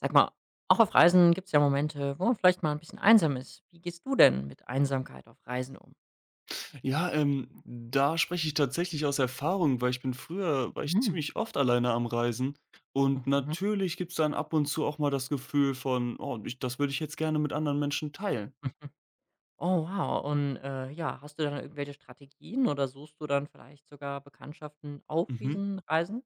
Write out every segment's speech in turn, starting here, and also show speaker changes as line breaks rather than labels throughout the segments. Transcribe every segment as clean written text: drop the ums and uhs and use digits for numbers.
Sag mal, auch auf Reisen gibt es ja Momente, wo man vielleicht mal ein bisschen einsam ist. Wie gehst du denn mit Einsamkeit auf Reisen um?
Ja, da spreche ich tatsächlich aus Erfahrung, weil ich bin früher war ich
Hm.
ziemlich oft alleine am Reisen und
Mhm.
natürlich gibt's dann ab und zu auch mal das Gefühl von: „Oh, ich das würde ich jetzt gerne mit anderen Menschen teilen.“
Mhm. Oh, wow. Und ja, hast du dann irgendwelche Strategien oder suchst du dann vielleicht sogar Bekanntschaften auf
Mhm.
diesen Reisen?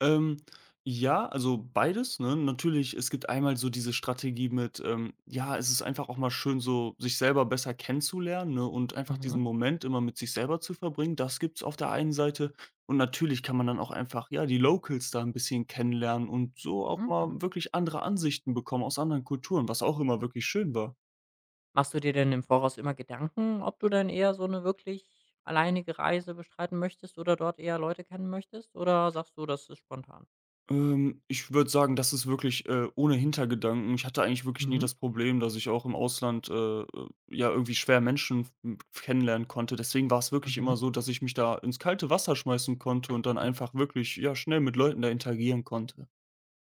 Ähm, ja, also beides, ne? Natürlich, es gibt einmal so diese Strategie mit, ja, es ist einfach auch mal schön, so sich selber besser kennenzulernen, ne? Und einfach
Mhm.
diesen Moment immer mit sich selber zu verbringen. Das gibt's auf der einen Seite. Und natürlich kann man dann auch einfach, ja, die Locals da ein bisschen kennenlernen und so auch
Mhm.
mal wirklich andere Ansichten bekommen aus anderen Kulturen, was auch immer wirklich schön war.
Machst du dir denn im Voraus immer Gedanken, ob du dann eher so eine wirklich alleinige Reise bestreiten möchtest oder dort eher Leute kennen möchtest? Oder sagst du, das ist spontan?
Ich würde sagen, das ist wirklich, ohne Hintergedanken. Ich hatte eigentlich wirklich nie
Mhm.
das Problem, dass ich auch im Ausland, äh, ja, irgendwie schwer Menschen m kennenlernen konnte. Deswegen war es wirklich
Mhm.
immer so, dass ich mich da ins kalte Wasser schmeißen konnte und dann einfach wirklich, ja, schnell mit Leuten da interagieren konnte.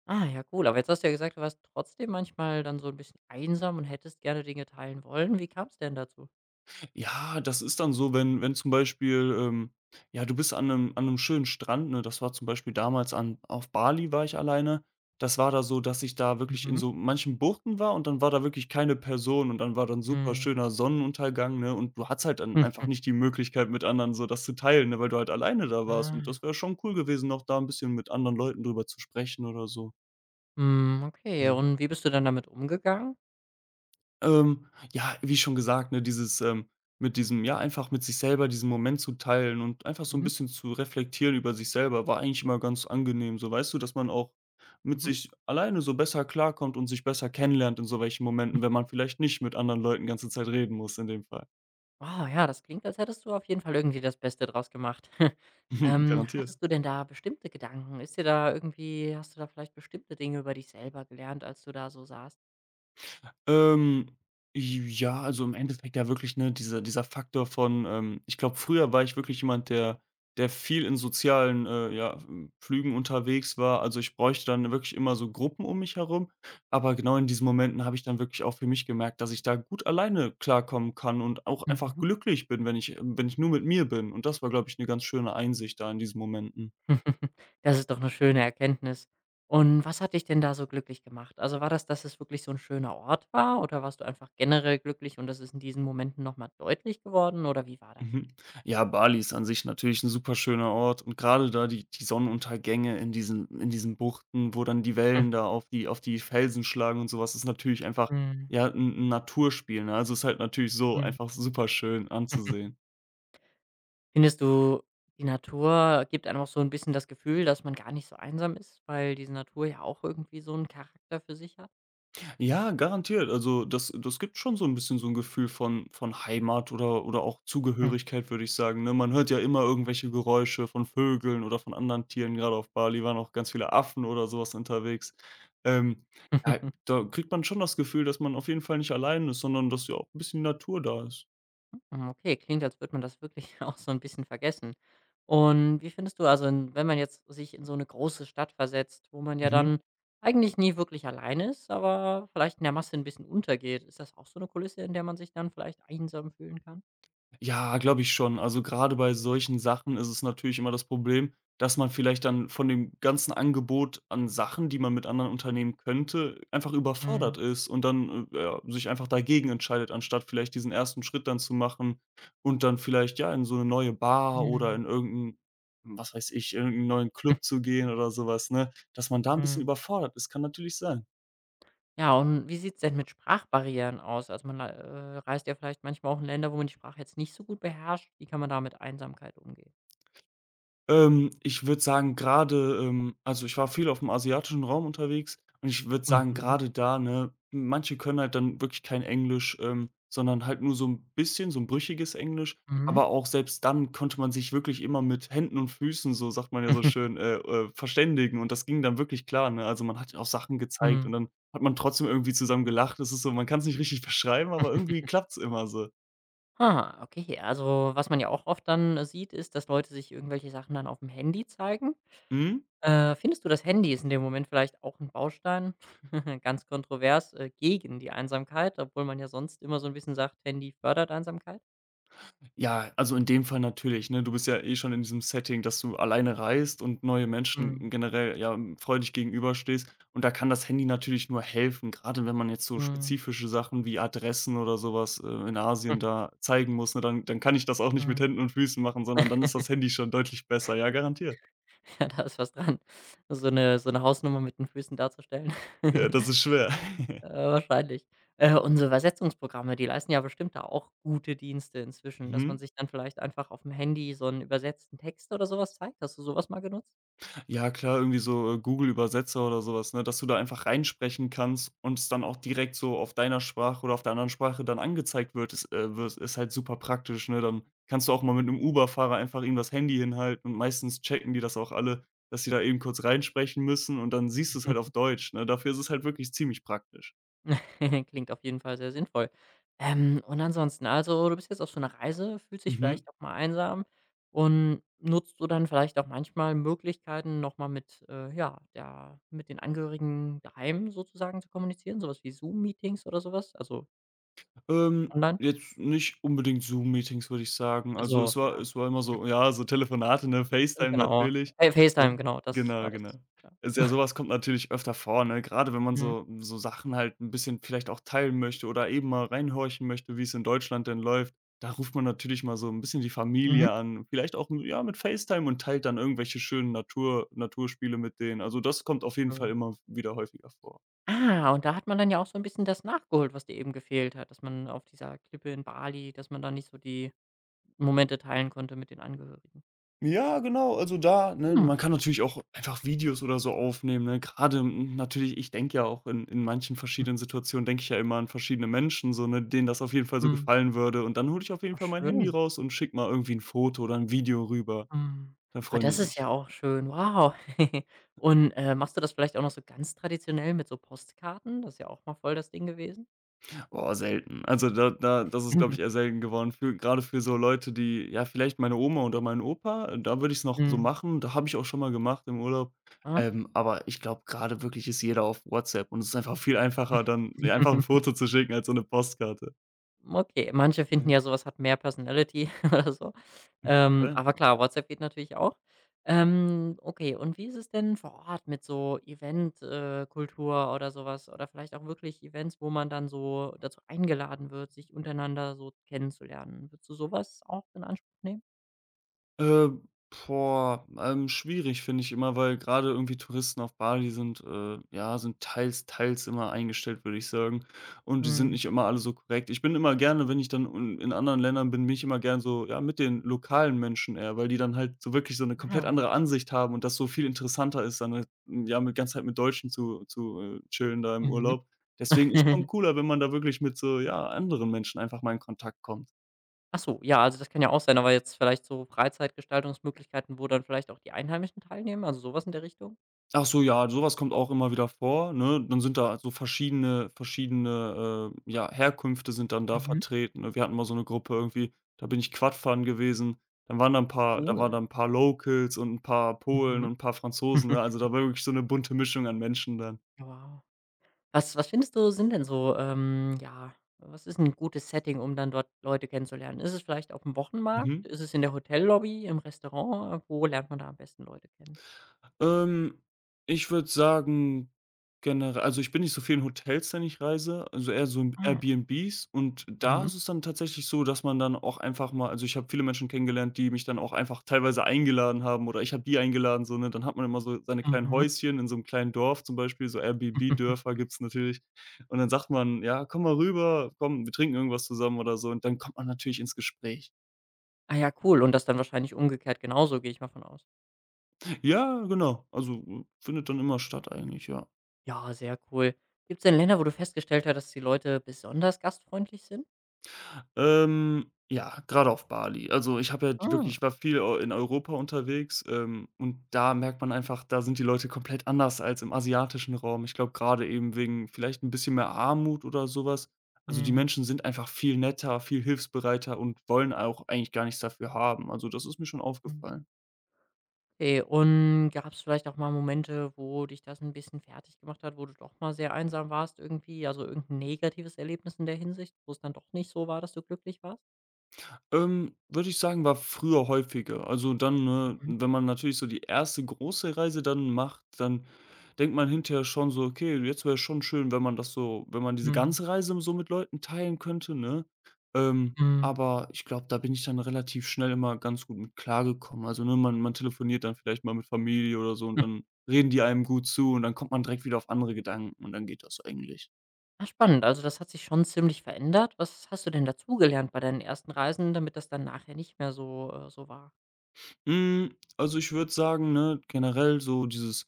Ah, ja, cool. Aber jetzt hast du ja gesagt, du warst trotzdem manchmal dann so ein bisschen einsam und hättest gerne Dinge teilen wollen. Wie kam's denn dazu?
Ja, das ist dann so, wenn zum Beispiel, ja, du bist an einem schönen Strand, ne? Das war zum Beispiel damals an auf Bali war ich alleine. Das war da so, dass ich da wirklich in
Mhm.
so manchen Buchten war und dann war da wirklich keine Person und dann war dann super
Mhm.
schöner Sonnenuntergang, ne? Und du hattest halt dann
Hm.
einfach nicht die Möglichkeit, mit anderen so das zu teilen, ne, weil du halt alleine da warst. Und das
Ah.
wäre schon cool gewesen, noch da ein bisschen mit anderen Leuten drüber zu sprechen oder so.
Mhm, okay.
Ja.
Und wie bist du dann damit umgegangen?
Ähm, ja, wie schon gesagt, ne, dieses, mit diesem ja, einfach mit sich selber diesen Moment zu teilen und einfach so ein
Mhm,
bisschen zu reflektieren über sich selber, war eigentlich immer ganz angenehm, so, weißt du, dass man auch mit
mhm.
sich alleine so besser klarkommt und sich besser kennenlernt in so welchen Momenten, wenn man vielleicht nicht mit anderen Leuten ganze Zeit reden muss in dem Fall.
Wow, ja, das klingt, als hättest du auf jeden Fall irgendwie das Beste draus gemacht.
Garantiert.
Hattest du denn da bestimmte Gedanken? Ist dir da irgendwie hast du da vielleicht bestimmte Dinge über dich selber gelernt, als du da so saßt?
Ähm, ja, also im Endeffekt ja wirklich, ne, dieser Faktor von, ich glaube, früher war ich wirklich jemand, der viel in sozialen, ja, Flügen unterwegs war. Also, ich bräuchte dann wirklich immer so Gruppen um mich herum. Aber genau in diesen Momenten habe ich dann wirklich auch für mich gemerkt, dass ich da gut alleine klarkommen kann und auch einfach
Mhm.
glücklich bin, wenn ich wenn ich nur mit mir bin. Und das war, glaube ich, eine ganz schöne Einsicht da in diesen Momenten.
Das ist doch eine schöne Erkenntnis. Und was hat dich denn da so glücklich gemacht? Also, war das, dass es wirklich so ein schöner Ort war, oder warst du einfach generell glücklich und das ist in diesen Momenten noch mal deutlich geworden, oder wie war das?
Mhm. Ja, Bali ist an sich natürlich ein super schöner Ort und gerade da die Sonnenuntergänge in diesen Buchten, wo dann die Wellen da auf die Felsen schlagen und sowas, ist natürlich einfach,
Mhm,
ja, ein 'n Naturspiel, ne? Also, ist halt natürlich so
mhm.
einfach super schön anzusehen.
Findest du, die Natur gibt einem auch so ein bisschen das Gefühl, dass man gar nicht so einsam ist, weil diese Natur ja auch irgendwie so einen Charakter für sich hat?
Ja, garantiert. Also, das gibt schon so ein bisschen so ein Gefühl von Heimat oder auch
Hm.
Zugehörigkeit, würde ich sagen, ne? Man hört ja immer irgendwelche Geräusche von Vögeln oder von anderen Tieren. Gerade auf Bali waren auch ganz viele Affen oder sowas unterwegs. Ähm, ja, da kriegt man schon das Gefühl, dass man auf jeden Fall nicht allein ist, sondern dass ja auch ein bisschen Natur da ist.
Hm, okay, klingt, als würde man das wirklich auch so ein bisschen vergessen. Und wie findest du, also, in wenn man jetzt sich in so eine große Stadt versetzt, wo man ja
Mhm.
dann eigentlich nie wirklich alleine ist, aber vielleicht in der Masse ein bisschen untergeht, ist das auch so eine Kulisse, in der man sich dann vielleicht einsam fühlen kann?
Ja, glaube ich schon. Also, gerade bei solchen Sachen ist es natürlich immer das Problem, dass man vielleicht dann von dem ganzen Angebot an Sachen, die man mit anderen unternehmen könnte, einfach
Mhm,
überfordert ist und dann, ja, sich einfach dagegen entscheidet, anstatt vielleicht diesen ersten Schritt dann zu machen und dann vielleicht, ja, in so eine neue Bar oder
mhm,
in irgendeinen, was weiß ich, irgendeinen neuen
mhm.
Club zu gehen oder sowas, ne? Dass man da ein bisschen überfordert ist, kann natürlich sein.
Ja, und wie sieht's denn mit Sprachbarrieren aus? Also, man, reist ja vielleicht manchmal auch in Länder, wo man die Sprache jetzt nicht so gut beherrscht. Wie kann man da mit Einsamkeit umgehen?
Ich würde sagen, gerade also, ich war viel auf dem asiatischen Raum unterwegs und ich würde sagen,
Mhm,
gerade da, ne, manche können halt dann wirklich kein Englisch, sondern halt nur so ein bisschen, so ein brüchiges Englisch.
mhm,
Aber auch selbst dann konnte man sich wirklich immer mit Händen und Füßen, so sagt man ja so
mhm,
schön, verständigen und das ging dann wirklich klar, ne? Also, man hat ja auch Sachen gezeigt
mhm.
und dann hat man trotzdem irgendwie zusammen gelacht. Es ist so man kann es nicht richtig beschreiben, aber irgendwie klappt's immer so.
Ah, okay. Also, was man ja auch oft dann, sieht, ist, dass Leute sich irgendwelche Sachen dann auf dem Handy zeigen.
Mhm.
Findest du, das Handy ist in dem Moment vielleicht auch ein Baustein, ganz kontrovers, gegen die Einsamkeit, obwohl man ja sonst immer so ein bisschen sagt, Handy fördert Einsamkeit?
Ja, also in dem Fall natürlich, ne? Du bist ja eh schon in diesem Setting, dass du alleine reist und neue Menschen
Mhm.
generell, ja, hm, freudig gegenüberstehst. Und da kann das Handy natürlich nur helfen, gerade wenn man jetzt so
Mhm.
spezifische Sachen wie Adressen oder sowas in
Mhm.
Asien da zeigen muss, ne? Dann kann ich das auch nicht mit Händen und Füßen machen, sondern dann ist das Handy schon deutlich besser. Ja, garantiert.
Ja, da ist was dran, so eine Hausnummer mit den Füßen darzustellen.
Ja, das ist schwer.
Wahrscheinlich. Unsere Übersetzungsprogramme, die leisten ja bestimmt da auch gute Dienste inzwischen, dass man
Mhm.
sich dann vielleicht einfach aufm Handy so 'n übersetzten Text oder so was zeigt. Hast du so was mal genutzt?
Ja klar, irgendwie so, Google-Übersetzer oder sowas ne, dass du da einfach reinsprechen kannst und es dann auch direkt so auf deiner Sprache oder auf der anderen Sprache dann angezeigt wird, ist halt super praktisch, ne? Dann kannst du auch mal mit einem Uber-Fahrer einfach ihm das Handy hinhalten und meistens checken die das auch alle, dass sie da eben kurz reinsprechen müssen und dann siehst du es halt auf
Mhm.
Deutsch, ne? Dafür ist es halt wirklich ziemlich praktisch.
Klingt auf jeden Fall sehr sinnvoll. Und ansonsten, also, du bist jetzt auf so 'ner Reise, fühlst dich
Mhm.
vielleicht auch mal einsam und nutzt du dann vielleicht auch manchmal Möglichkeiten, noch mal mit, ja, der mit den Angehörigen daheim sozusagen zu kommunizieren, so was wie Zoom-Meetings oder so was, also online?
Jetzt nicht unbedingt Zoom-Meetings, würde ich sagen. Also,
Also,
es war
ja.
es war immer so ja, so Telefonate, ne, FaceTime
Genau.
natürlich.
FaceTime,
So
genau, das war
genau, genau.
das. Ja.
Ist ja sowas kommt natürlich öfter vor, ne? Gerade wenn man
Mhm.
so Sachen halt ein bisschen vielleicht auch teilen möchte oder eben mal reinhorchen möchte, wie es in Deutschland denn läuft. Da ruft man natürlich mal so ein bisschen die
Mhm.
Familie an, vielleicht auch, ja, mit FaceTime und teilt dann irgendwelche schönen Naturspiele mit denen. Also, das kommt auf jeden Fall
Schön.
immer wieder häufiger vor.
Ah, und da hat man dann ja auch so 'n bisschen das nachgeholt, was dir eben gefehlt hat, dass man auf dieser Klippe in Bali dass man da nicht so die Momente teilen konnte mit den Angehörigen.
Ja, genau, also da, ne
Hm,
man kann natürlich auch einfach Videos oder so aufnehmen, ne? Gerade hm, natürlich ich denke ja auch in manchen verschiedenen Situationen denke ich ja immer an verschiedene Menschen so, ne, denen das auf jeden Fall so
mhm.
gefallen würde und dann hole ich auf jeden
Ach
Fall mein Handy
schön.
raus und schicke mal irgendwie ein Foto oder ein Video rüber.
Mhm.
Dann
Ah,
freuen die
das ist
sich.
ja auch schön. Wow. Und, machst du das vielleicht auch noch so ganz traditionell mit so Postkarten? Das ist ja auch mal voll das Ding gewesen.
Boah, selten. Also, da das ist, glaube
Mhm.
ich, eher selten geworden für gerade für so Leute, die ja, vielleicht meine Oma oder meinen Opa, da würde ich es noch so
Mhm.
machen. Da habe ich auch schon mal gemacht im Urlaub.
Ah.
Aber ich glaube, gerade wirklich ist jeder auf WhatsApp und es ist einfach viel einfacher, dann ja, einfach ein Foto zu schicken als so eine Postkarte.
Okay, manche finden
Ja,
ja, sowas hat mehr Personality oder so.
klar.
Aber klar, WhatsApp geht natürlich auch. Okay, und wie ist es denn vor Ort mit so Eventkultur Kultur oder sowas oder vielleicht auch wirklich Events, wo man dann so dazu eingeladen wird, sich untereinander so kennenzulernen? Würdest du sowas auch in Anspruch nehmen?
Äh, boah, schwierig finde ich immer, weil gerade irgendwie Touristen auf Bali sind, ja, sind teils, teils immer eingestellt, würde ich sagen. Und die sind
Mhm.
nicht immer alle so korrekt. Ich bin immer gerne, wenn ich dann un in anderen Ländern bin, bin ich immer gern so, ja, mit den lokalen Menschen eher, weil die dann halt so wirklich so eine komplett
Ah.
andere Ansicht haben und das so viel interessanter ist, dann halt, m, ja, mit ganze Zeit mit Deutschen zu chillen da im
Mhm.
Urlaub. Deswegen ist schon cooler, wenn man da wirklich mit so, ja, anderen Menschen einfach mal in Kontakt kommt.
Ach so, ja, also das kann ja auch sein, aber jetzt vielleicht so Freizeitgestaltungsmöglichkeiten, wo dann vielleicht auch die Einheimischen teilnehmen, also sowas in der Richtung?
Ach so, ja, sowas kommt auch immer wieder vor, ne? Dann sind da so verschiedene ja, Herkünfte sind dann da
Mhm.
vertreten, ne? Wir hatten mal so eine Gruppe irgendwie, da bin ich Quadfahren gewesen. Dann waren da ein paar da waren
Cool.
da ein paar Locals und ein paar Polen
Mhm.
und ein paar Franzosen, ne? Also, da war wirklich so eine bunte Mischung an Menschen dann.
Wow. Was was findest du, sind denn so, ähm, ja, was ist ein gutes Setting, um dann dort Leute kennenzulernen? Ist es vielleicht auf dem Wochenmarkt?
Mhm.
Ist es in der Hotellobby, im Restaurant? Wo lernt man da am besten Leute kennen?
Ähm, Ich würde sagen, generell, also, ich bin nicht so viel in Hotels, wenn ich reise, also eher so in
Ah,
Airbnbs und da
mhm,
ist es dann tatsächlich so, dass man dann auch einfach mal also, ich habe viele Menschen kennengelernt, die mich dann auch einfach teilweise eingeladen haben oder ich habe die eingeladen, so, ne? Dann hat man immer so seine kleinen
mhm.
Häuschen in so einem kleinen Dorf zum Beispiel, so Airbnb-Dörfer gibt's natürlich und dann sagt man: „Ja, komm mal rüber, komm, wir trinken irgendwas zusammen“ oder so und dann kommt man natürlich ins Gespräch.
Ah, ja, cool. Und das dann wahrscheinlich umgekehrt genauso, gehe ich mal von aus.
Ja, genau, also, findet dann immer statt eigentlich, ja.
Ja, sehr cool. Gibt es denn Länder, wo du festgestellt hast, dass die Leute besonders gastfreundlich sind?
Ja, gerade auf Bali. Also, ich habe ja
Ah,
wirklich ich war viel eu in Europa unterwegs, und da merkt man einfach, da sind die Leute komplett anders als im asiatischen Raum. Ich glaube, gerade eben wegen vielleicht ein bisschen mehr Armut oder sowas. Also, die
mhm,
Menschen sind einfach viel netter, viel hilfsbereiter und wollen auch eigentlich gar nichts dafür haben. Also, das ist mir schon
mhm.
aufgefallen.
Okay, und gab es vielleicht auch mal Momente, wo dich das ein bisschen fertig gemacht hat, wo du doch mal sehr einsam warst irgendwie? Also, irgendein negatives Erlebnis in der Hinsicht, wo es dann doch nicht so war, dass du glücklich warst?
Würde ich sagen, war früher häufiger. Also dann, ne,
Mhm.
wenn man natürlich so die erste große Reise dann macht, dann denkt man hinterher schon so: „Okay, jetzt wäre es schon schön, wenn man das so wenn man diese
Mhm.
ganze Reise so mit Leuten teilen könnte", ne? Ähm,
Mhm.
aber ich glaube, da bin ich dann relativ schnell immer ganz gut mit klargekommen. Also, ne, man telefoniert dann vielleicht mal mit Familie oder so und
Hm.
dann reden die einem gut zu und dann kommt man direkt wieder auf andere Gedanken und dann geht das eigentlich.
Ah, spannend. Also, das hat sich schon ziemlich verändert. Was hast du denn dazugelernt bei deinen ersten Reisen, damit das dann nachher nicht mehr so, so war?
Hm, also, ich würde sagen, ne, generell so dieses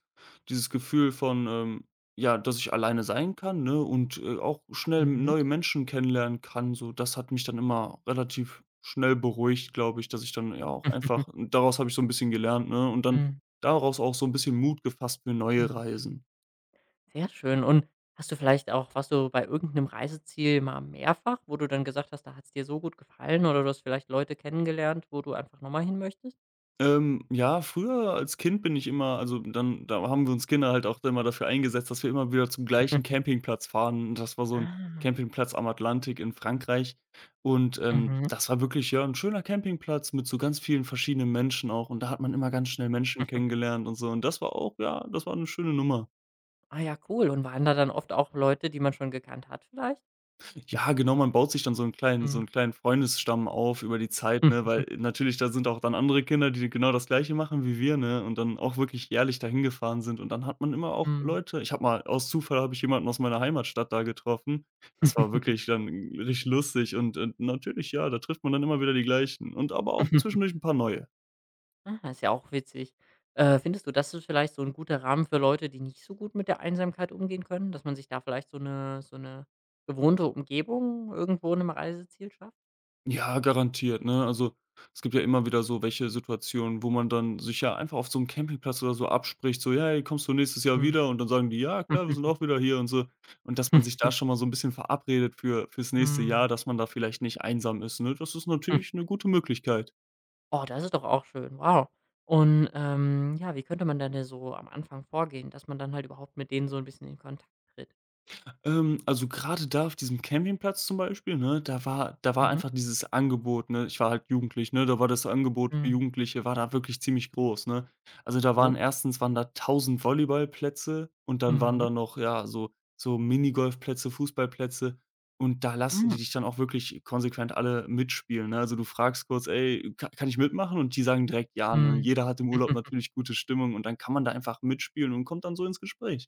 dieses Gefühl von, ja, dass ich alleine sein kann, ne, und, auch schnell
Mhm.
neue Menschen kennenlernen kann, so, das hat mich dann immer relativ schnell beruhigt, glaube ich, dass ich dann ja auch
Mhm.
einfach daraus habe ich so ein bisschen gelernt, ne, und dann
Mhm.
daraus auch so ein bisschen Mut gefasst für neue
Mhm.
Reisen.
Sehr schön. Und hast du vielleicht auch warst du bei irgendeinem Reiseziel mal mehrfach, wo du dann gesagt hast, da hat es dir so gut gefallen, oder du hast vielleicht Leute kennengelernt, wo du einfach nochmal mal hin möchtest?
Ja, früher als Kind bin ich immer also dann da haben wir uns Kinder halt auch immer dafür eingesetzt, dass wir immer wieder zum gleichen Campingplatz fahren. Und das war so ein
Ah.
Campingplatz am Atlantik in Frankreich und,
Mhm.
das war wirklich, ja, ein schöner Campingplatz mit so ganz vielen verschiedenen Menschen auch und da hat man immer ganz schnell Menschen kennengelernt und so und das war auch ja, das war eine schöne Nummer.
Ah, ja, cool. Und waren da dann oft auch Leute, die man schon gekannt hat vielleicht?
Ja, genau, man baut sich dann so 'n
Mhm.
kleinen Freundesstamm auf über die Zeit, ne, weil natürlich da sind auch dann andere Kinder, die genau das Gleiche machen wie wir, ne, und dann auch wirklich jährlich dahin gefahren sind und dann hat man immer auch
Mhm.
Leute ich habe mal aus Zufall habe ich jemanden aus meiner Heimatstadt da getroffen. Das war wirklich dann richtig lustig und natürlich, ja, da trifft man dann immer wieder die Gleichen und aber auch zwischendurch 'n paar neue.
Ah, ist ja auch witzig. Findest du, das ist vielleicht so ein guter Rahmen für Leute, die nicht so gut mit der Einsamkeit umgehen können, dass man sich da vielleicht so eine gewohnte Umgebung irgendwo 'nem Reiseziel schafft?
Ja, garantiert, ne? Also, es gibt ja immer wieder so welche Situationen, wo man dann sich ja einfach auf so einem Campingplatz oder so abspricht, so: „Hey, kommst du nächstes Jahr
Mhm.
wieder?" Und dann sagen die: „Ja, klar, wir sind auch wieder hier" und so. Und dass man
Mhm.
sich da schon mal so ein bisschen verabredet fürs nächste
Hm.
Jahr, dass man da vielleicht nicht einsam ist, ne? Das ist
Hm.
natürlich eine gute Möglichkeit.
Oh, das ist doch auch schön. Wow. Und, ja, wie könnte man denn da so am Anfang vorgehen, dass man dann halt überhaupt mit denen so ein bisschen in Kontakt tritt?
Also gerade da auf diesem Campingplatz zum Beispiel, ne, da war
Mhm.
einfach dieses Angebot, ne? Ich war halt jugendlich, ne? Da war das Angebot für
Mhm.
Jugendliche war da wirklich ziemlich groß, ne? Also, da
Gut.
waren erstens waren da tausend Volleyballplätze und dann waren
Mhm.
da noch, ja, so so Minigolfplätze, Fußballplätze und da lassen
Mhm.
die dich dann auch wirklich konsequent alle mitspielen, ne? Also, du fragst kurz: „Ey, ka kann ich mitmachen?" Und die sagen direkt: „Ja", ne?
Mhm.
Jeder hat im Urlaub natürlich gute Stimmung und dann kann man da einfach mitspielen und kommt dann so ins Gespräch.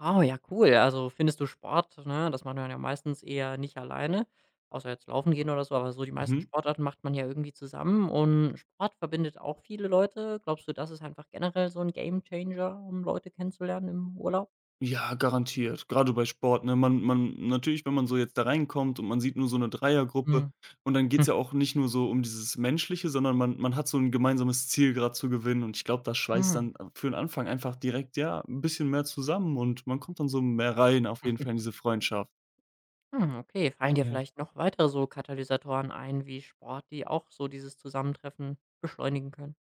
Wow, ja, cool. Also, findest du Sport, ne, das macht man ja meistens eher nicht alleine, außer jetzt laufen gehen oder so, aber so die meisten
Mhm.
Sportarten macht man ja irgendwie zusammen und Sport verbindet auch viele Leute. Glaubst du, das ist einfach generell so 'n Gamechanger, um Leute kennenzulernen im Urlaub?
Ja, garantiert. Gerade bei Sport, ne? Man natürlich, wenn man so jetzt da reinkommt und man sieht nur so eine Dreiergruppe
Mhm.
und dann geht's
Hm.
ja auch nicht nur so um dieses Menschliche, sondern man hat so ein gemeinsames Ziel gerade zu gewinnen und ich glaube, das schweißt
Mhm.
dann für den Anfang einfach direkt, ja, ein bisschen mehr zusammen und man kommt dann so mehr rein auf jeden Fall in diese Freundschaft.
Hm, okay. Fallen dir
Ja.
vielleicht noch weitere so Katalysatoren ein wie Sport, die auch so dieses Zusammentreffen beschleunigen können?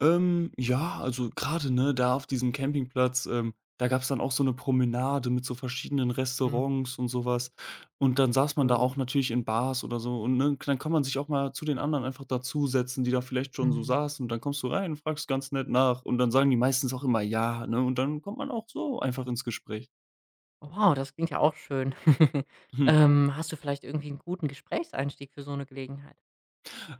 Ja, also gerade ne, da auf diesem Campingplatz, da gab's dann auch so 'ne Promenade mit so verschiedenen
Hm.
Restaurants und sowas. Und dann saß man da
Schön.
auch natürlich in Bars oder so und, ne, dann kann man sich auch mal zu den anderen einfach dazusetzen, die da vielleicht schon so
Mhm.
saßen und dann kommst du rein und fragst ganz nett nach und dann sagen die meistens auch immer: „Ja", ne, und dann kommt man auch so einfach ins Gespräch.
Wow, das klingt ja auch schön.
Hm.
Hast du vielleicht irgendwie einen guten Gesprächseinstieg für so eine Gelegenheit?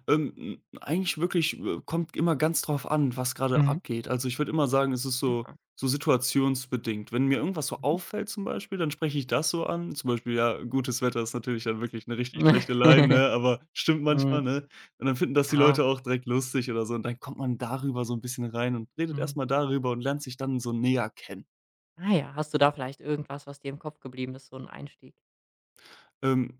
Ähm, eigentlich wirklich, kommt immer ganz drauf an, was gerade
Mhm.
abgeht. Also, ich würde immer sagen, es ist so
Aha.
so situationsbedingt. Wenn mir irgendwas so
Mhm.
auffällt zum Beispiel, dann spreche ich das so an. Zum Beispiel, ja, gutes Wetter ist natürlich dann wirklich eine richtig schlechte Line, ne, aber stimmt
Mhm.
manchmal, ne? Und dann finden das die
Ja.
Leute auch direkt lustig oder so und dann kommt man darüber so ein bisschen rein und redet erst
Mhm.
mal darüber und lernt sich dann so näher kennen.
Ah, ja, hast du da vielleicht irgendwas, was dir im Kopf geblieben ist, so ein Einstieg?
Ähm,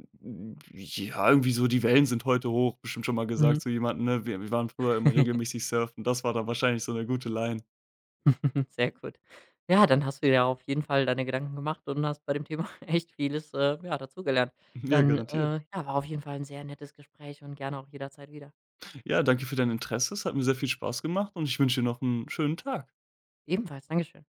ja, irgendwie so, die Wellen sind heute hoch, bestimmt schon mal
Mhm.
gesagt zu jemandem, ne? Wir waren früher immer regelmäßig surfen. Das war dann wahrscheinlich so eine gute Line.
Sehr gut. Ja, dann hast du dir ja auf jeden Fall deine Gedanken gemacht und hast bei dem Thema echt vieles, ja, dazugelernt.
Ja,
Dann,
garantiert.
ja, war auf jeden Fall ein sehr nettes Gespräch und gerne auch jederzeit wieder.
Ja, danke für dein Interesse. Es hat mir sehr viel Spaß gemacht und ich wünsche dir noch einen schönen Tag.
Ebenfalls, Dankeschön.